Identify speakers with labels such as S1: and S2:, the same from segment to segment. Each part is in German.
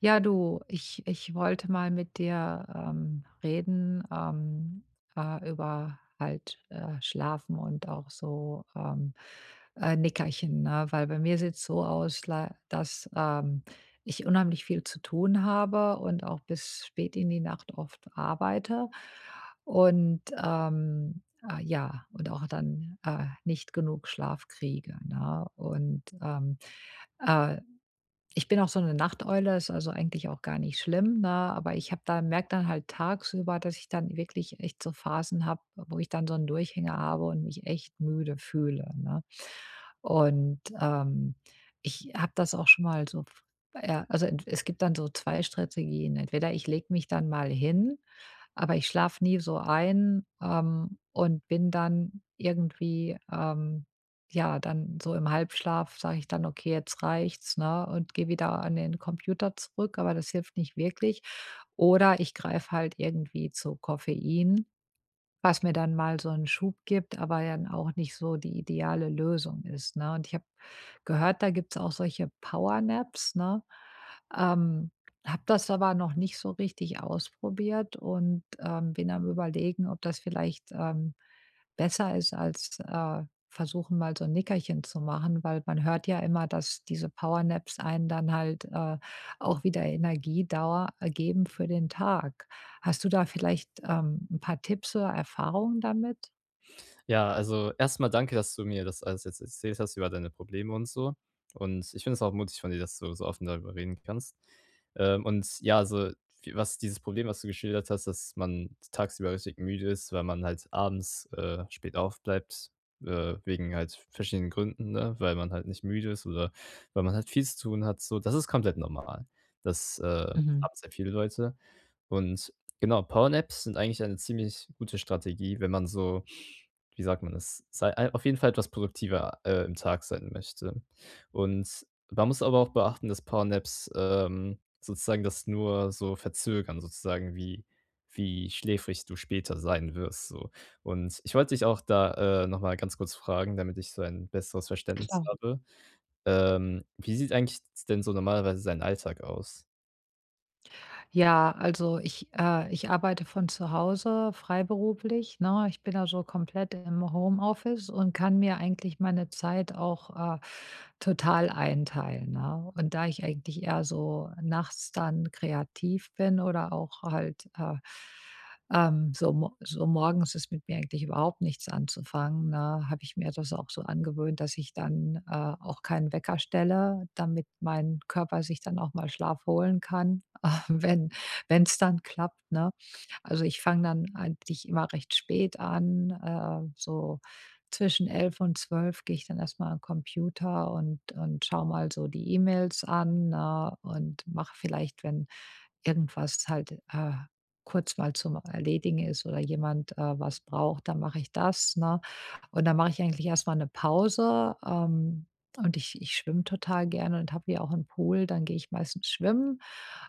S1: Ja, du, ich wollte mal mit dir reden über halt Schlafen und auch so Nickerchen, ne? Weil bei mir sieht es so aus, dass ich unheimlich viel zu tun habe und auch bis spät in die Nacht oft arbeite und ja, und auch dann nicht genug Schlaf kriege, ne? Und äh, ich bin auch so eine Nachteule, ist also eigentlich auch gar nicht schlimm, ne? Aber ich habe da merke dann halt tagsüber, dass ich dann wirklich echt so Phasen habe, wo ich dann so einen Durchhänger habe und mich echt müde fühle, ne? Und, ich habe das auch schon mal so ja, also ent es gibt dann so 2 Strategien. Entweder ich lege mich dann mal hin, aber ich schlafe nie so ein, und bin dann irgendwie, ja, dann so im Halbschlaf sage ich dann: „Okay, jetzt reicht's", ne, und gehe wieder an den Computer zurück, aber das hilft nicht wirklich. Oder ich greife halt irgendwie zu Koffein, was mir dann mal so einen Schub gibt, aber ja dann auch nicht so die ideale Lösung ist, ne? Und ich habe gehört, da gibt's auch solche Powernaps, ne? Ähm, habe das aber noch nicht so richtig ausprobiert und, bin am Überlegen, ob das vielleicht, besser ist als, versuchen, mal so 'n Nickerchen zu machen, weil man hört ja immer, dass diese Powernaps einen dann halt, auch wieder Energiedauer, geben für den Tag. Hast du da vielleicht, 'n paar Tipps oder Erfahrungen damit?
S2: Ja, also erstmal danke, dass du mir das alles jetzt erzählt hast über deine Probleme und so. Und ich finde es auch mutig von dir, dass du so offen darüber reden kannst. Und ja, also vi was dieses Problem, was du geschildert hast, dass man tagsüber richtig müde ist, weil man halt abends, spät aufbleibt, wegen halt verschiedenen Gründen, ne, weil man halt nicht müde ist oder weil man halt viel zu tun hat so. Das ist komplett normal. Das,
S1: Mhm.
S2: haben sehr viele Leute. Und genau, Powernaps sind eigentlich eine ziemlich gute Strategie, wenn man so wie sagt man es, sei ei auf jeden Fall etwas produktiver, im Tag sein möchte. Und man muss aber auch beachten, dass Powernaps, sozusagen das nur so verzögern, sozusagen, wie wie schläfrig du später sein wirst, so. Und ich wollte dich auch da, noch mal ganz kurz fragen, damit ich so ein besseres Verständnis
S1: Klar.
S2: habe. Wie sieht eigentlich denn so normalerweise dein Alltag aus?
S1: Ja, also ich arbeite von zu Hause freiberuflich, ne? Ich bin also komplett im Homeoffice und kann mir eigentlich meine Zeit auch, total einteilen, ne? Und da ich eigentlich eher so nachts dann kreativ bin oder auch halt, so morgens ist mit mir eigentlich überhaupt nichts anzufangen, ne, habe ich mir das auch so angewöhnt, dass ich dann, auch keinen Wecker stelle, damit mein Körper sich dann auch mal Schlaf holen kann. wenn wenn es dann klappt, ne? Also, ich fange dann eigentlich immer recht spät an, so zwischen 11 und 12 gehe ich dann erstmal am Computer und schaue mal so die E-Mails an, ne, und mache vielleicht, wenn irgendwas halt, kurz mal zum Erledigen ist oder jemand, was braucht, dann mache ich das, ne? Und dann mache ich eigentlich erstmal eine Pause, und ich schwimme total gerne und habe hier auch einen Pool, dann gehe ich meistens schwimmen.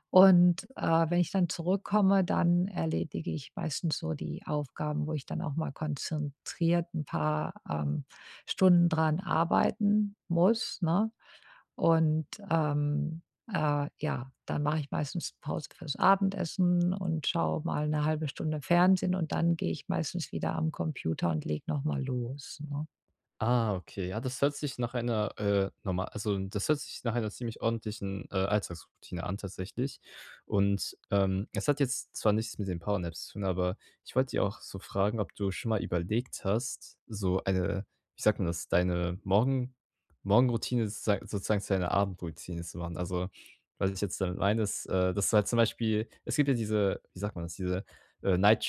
S1: Und, wenn ich dann zurückkomme, dann erledige ich meistens so die Aufgaben, wo ich dann auch mal konzentriert ein paar, Stunden dran arbeiten muss, ne? Und, ja, dann mache ich meistens Pause fürs Abendessen und schaue mal eine halbe Stunde Fernsehen und dann gehe ich meistens wieder am Computer und lege noch mal los, ne?
S2: Ah, okay. Ja, das hört sich nach einer, norma also, das hört sich nach einer ziemlich ordentlichen, Alltagsroutine an tatsächlich. Und, es hat jetzt zwar nichts mit den Powernaps zu tun, aber ich wollte dich auch so fragen, ob du schon mal überlegt hast, so eine, wie sagt man das, deine Morgen Morgenroutine sozei sozusagen zu einer Abendroutine zu machen. Also, was ich jetzt damit meine, ist, dass du halt zum Beispiel es gibt ja diese, wie sagt man das, diese, night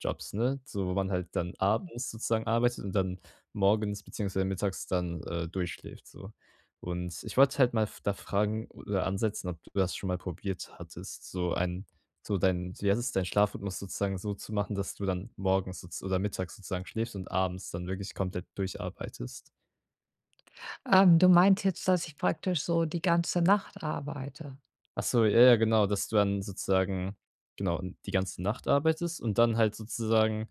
S2: jobs, ne, so wo man halt dann abends sozusagen arbeitet und dann morgens beziehungsweise mittags dann, durchschläft so. Und ich wollte halt mal f da fragen oder ansetzen, ob du das schon mal probiert hattest, so ein so dein, wie heißt es, dein Schlafrhythmus sozusagen so zu machen, dass du dann morgens sozu oder mittags sozusagen schläfst und abends dann wirklich komplett durcharbeitest?
S1: Du meint jetzt, dass ich praktisch so die ganze Nacht arbeite?
S2: Ach so, ja, ja, genau, dass du dann sozusagen genau, die ganze Nacht arbeitest und dann halt sozusagen,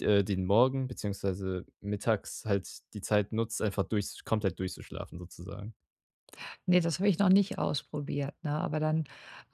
S2: den Morgen beziehungsweise mittags halt die Zeit nutzt, einfach durch komplett durchzuschlafen sozusagen.
S1: Ne, das habe ich noch nicht ausprobiert, ne? Aber dann,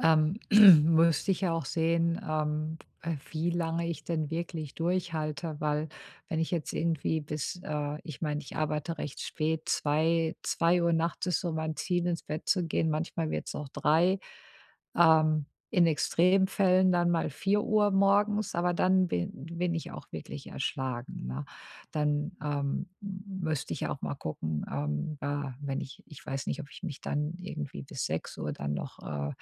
S1: ähm, müsste ich ja auch sehen, wie lange ich denn wirklich durchhalte, weil wenn ich jetzt irgendwie ich meine, ich arbeite recht spät, zwei Uhr nachts ist so mein Ziel, ins Bett zu gehen. Manchmal wird's auch 3:00, in Extremfällen dann mal 4 Uhr morgens, aber dann bin ich auch wirklich erschlagen, ne? Dann, müsste ich ja auch mal gucken, ja, wenn ich ich weiß nicht, ob ich mich dann irgendwie bis 6 Uhr dann noch, äh,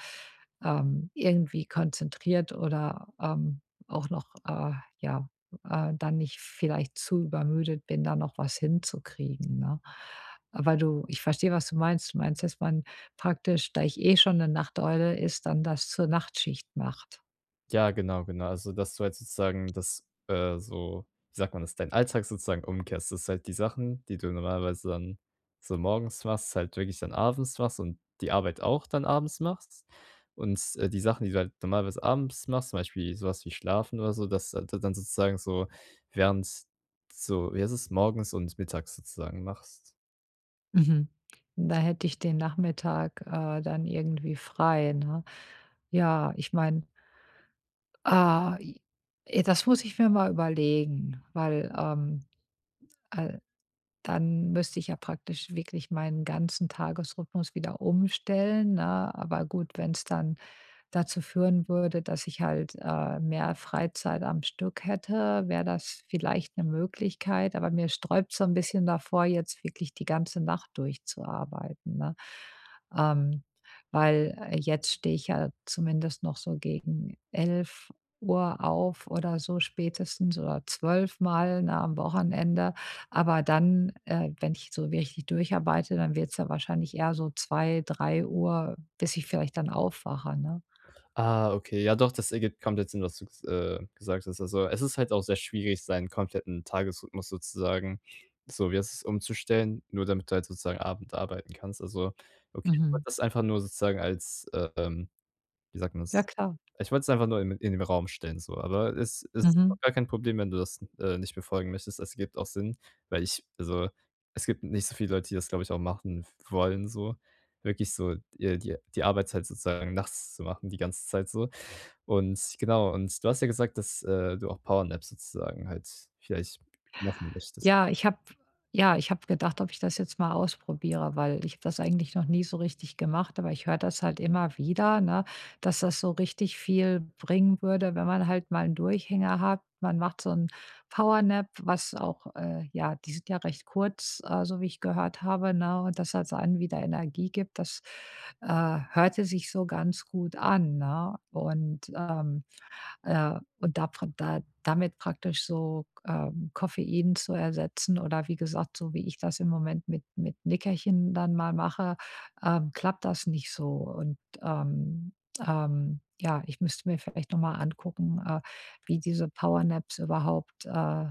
S1: ähm, irgendwie konzentriert oder, auch noch, ja, dann nicht vielleicht zu übermüdet bin, da noch was hinzukriegen, ne? Aber du ich verstehe, was du meinst. Du meinst, dass man praktisch, da ich eh schon eine Nachteule ist, dann das zur Nachtschicht macht.
S2: Ja, genau, genau. Also, dass du halt sozusagen das, so wie sagt man das, deinen Alltag sozusagen umkehrst, dass halt die Sachen, die du normalerweise dann so morgens machst, halt wirklich dann abends machst und die Arbeit auch dann abends machst. Und, die Sachen, die du halt normalerweise abends machst, zum Beispiel sowas wie Schlafen oder so, dass du dann sozusagen so während so, wie heißt es, morgens und mittags sozusagen machst.
S1: Mhm. Da hätte ich den Nachmittag, dann irgendwie frei, ne? Ja, ich meine, i das muss ich mir mal überlegen, weil, äh, dann müsste ich ja praktisch wirklich meinen ganzen Tagesrhythmus wieder umstellen, ne? Aber gut, wenn es dann dazu führen würde, dass ich halt, mehr Freizeit am Stück hätte, wäre das vielleicht eine Möglichkeit, aber mir sträubt so ein bisschen davor, jetzt wirklich die ganze Nacht durchzuarbeiten, ne? Ähm, weil, jetzt stehe ich ja zumindest noch so gegen 11 Uhr auf oder so spätestens oder 12 mal, ne, am Wochenende. Aber dann, wenn ich so richtig durcharbeite, dann wird's ja wahrscheinlich eher so 2, 3 Uhr, bis ich vielleicht dann aufwache, ne?
S2: Ah, okay. Ja doch, das ergibt komplett Sinn, was du gesagt hast. Also, es ist halt auch sehr schwierig, seinen kompletten Tagesrhythmus sozusagen so, wie es ist umzustellen, nur damit du halt sozusagen abends arbeiten kannst. Also, okay, ich wollte
S1: Mhm.
S2: das einfach nur sozusagen als, wie sagt man
S1: Ja
S2: das?
S1: klar.
S2: Ich wollte es einfach nur in den Raum stellen so, aber es ist
S1: Mhm.
S2: auch gar kein Problem, wenn du das, nicht befolgen möchtest. Es gibt auch Sinn, weil ich also, es gibt nicht so viele Leute, die das, glaube ich, auch machen wollen so, wirklich so, die Arbeitszeit sozusagen nachts zu machen, die ganze Zeit so. Und genau, und du hast ja gesagt, dass, du auch Powernaps sozusagen halt vielleicht machen möchtest.
S1: Ja, ich habe ja, ich habe gedacht, ob ich das jetzt mal ausprobiere, weil ich habe das eigentlich noch nie so richtig gemacht, aber ich höre das halt immer wieder, ne, dass das so richtig viel bringen würde, wenn man halt mal einen Durchhänger hat. Man macht so ein Power Nap, was auch, ja, die sind ja recht kurz, so wie ich gehört habe, ne, und das halt einen wieder Energie gibt. Das, äh, hörte sich so ganz gut an, ne? Und da pra da damit praktisch so, Koffein zu ersetzen oder wie gesagt, so wie ich das im Moment mit Nickerchen dann mal mache, klappt das nicht so. Und, ja, ich müsste mir vielleicht noch mal angucken, wie diese Powernaps überhaupt, äh,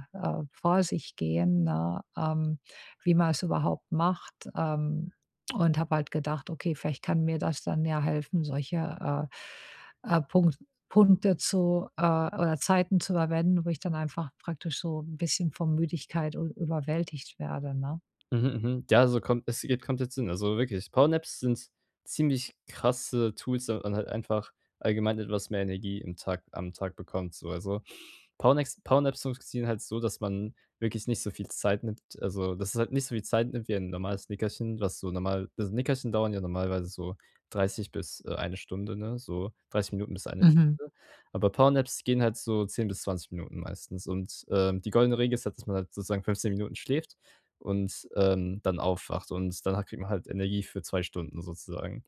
S1: vor sich gehen, ne? Wie man's überhaupt macht, und habe halt gedacht: „Okay, vielleicht kann mir das dann ja helfen, solche, äh, äh, Punkte Punkte zu oder Zeiten zu verwenden, wo ich dann einfach praktisch so ein bisschen von Müdigkeit u überwältigt werde, ne?
S2: Mhm, mhm. Ja, so kommt es geht komplett Sinn. Also wirklich, Powernaps sind ziemlich krasse Tools, damit man halt einfach allgemein etwas mehr Energie im Tag am Tag bekommt so. Also, Powernaps funktionieren halt so, dass man wirklich nicht so viel Zeit nimmt also, dass es halt nicht so viel Zeit nimmt wie ein normales Nickerchen, was so normal also, Nickerchen dauern ja normalerweise so 30 bis, 1 Stunde, ne, so 30 Minuten bis eine
S1: Mhm,
S2: Stunde. Aber Powernaps gehen halt so 10 bis 20 Minuten meistens und, die goldene Regel ist halt, dass man halt sozusagen 15 Minuten schläft und, dann aufwacht und danach kriegt man halt Energie für 2 Stunden sozusagen.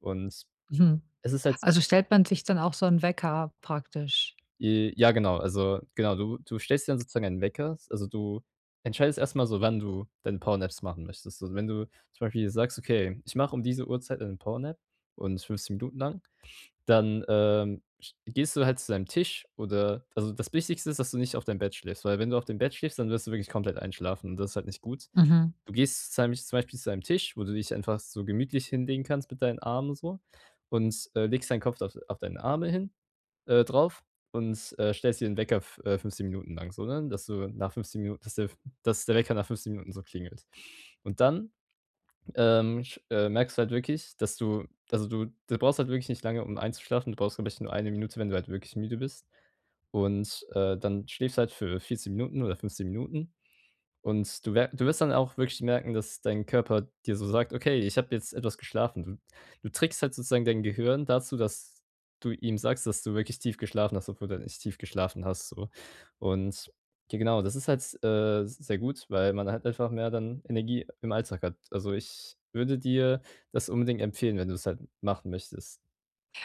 S2: Und
S1: mhm.
S2: es ist halt
S1: Also, stellt man sich dann auch so 'n Wecker praktisch?
S2: J ja, genau. Also, genau, du stellst dir dann sozusagen einen Wecker. S Also, du entscheidest erst mal so, wann du deine Powernaps machen möchtest. So, wenn du zum Beispiel sagst: „Okay, ich mache um diese Uhrzeit eine Powernap und 15 Minuten lang“, dann, sch gehst du halt zu deinem Tisch oder also, das Wichtigste ist, dass du nicht auf deinem Bett schläfst, weil wenn du auf dem Bett schläfst, dann wirst du wirklich komplett einschlafen und das ist halt nicht gut.
S1: Mhm.
S2: Du gehst zum zum Beispiel zu einem Tisch, wo du dich einfach so gemütlich hinlegen kannst mit deinen Armen so und, legst deinen Kopf auf deine Arme hin drauf und, stellst dir den Wecker f 15 Minuten lang so, ne, dass du nach 15 Minuten dass der Wecker nach 15 Minuten so klingelt. Und dann, sch merkst du halt wirklich, dass du also, du brauchst halt wirklich nicht lange, um einzuschlafen. Du brauchst, glaube ich, nur 1 Minute, wenn du halt wirklich müde bist. Und, dann schläfst halt für 14 Minuten oder 15 Minuten und du wirst dann auch wirklich merken, dass dein Körper dir so sagt: „Okay, ich habe jetzt etwas geschlafen.“ Du trickst halt sozusagen dein Gehirn dazu, dass du ihm sagst, dass du wirklich tief geschlafen hast, obwohl du halt nicht tief geschlafen hast so. Und ja genau, das ist halt, sehr gut, weil man halt einfach mehr dann Energie im Alltag hat. Also, ich würde dir das unbedingt empfehlen, wenn du es halt machen möchtest.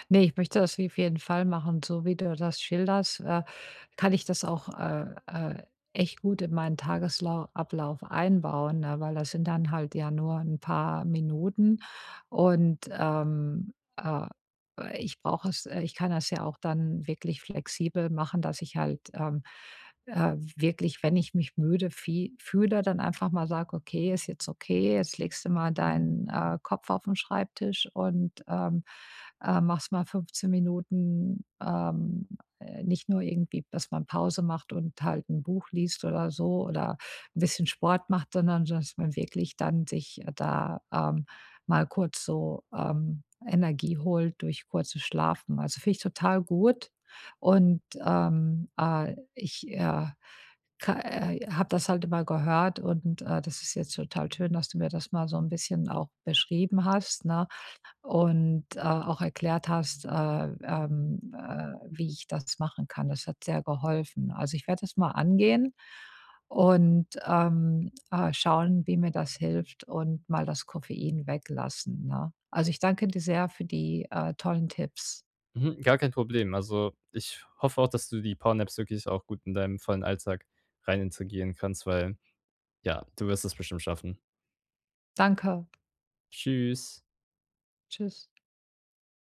S1: Ne, ich möchte das auf jeden Fall machen. So wie du das schilderst, kann ich das auch, echt gut in meinen Tagesablauf einbauen, ne, weil das sind dann halt ja nur ein paar Minuten und, ich brauche es ich kann das ja auch dann wirklich flexibel machen, dass ich halt, wirklich, wenn ich mich müde vie fühle, dann einfach mal sage: „Okay, ist jetzt okay, jetzt legst du mal deinen, Kopf auf den Schreibtisch und, machst mal 15 Minuten, nicht nur irgendwie, dass man Pause macht und halt ein Buch liest oder so oder ein bisschen Sport macht, sondern dass man wirklich dann sich, da, mal kurz so, Energie holt durch kurzes Schlafen. Also, finde ich total gut und, ich, ka habe das halt immer gehört und, das ist jetzt total schön, dass du mir das mal so ein bisschen auch beschrieben hast, ne? Und, auch erklärt hast, wie ich das machen kann. Das hat sehr geholfen. Also, ich werde das mal angehen und, schauen, wie mir das hilft und mal das Koffein weglassen, ne? Also, ich danke dir sehr für die, tollen Tipps.
S2: Mhm, gar kein Problem. Also, ich hoffe auch, dass du die Powernaps wirklich auch gut in deinem vollen Alltag rein integrieren kannst, weil ja, du wirst es bestimmt schaffen.
S1: Danke.
S2: Tschüss.
S1: Tschüss.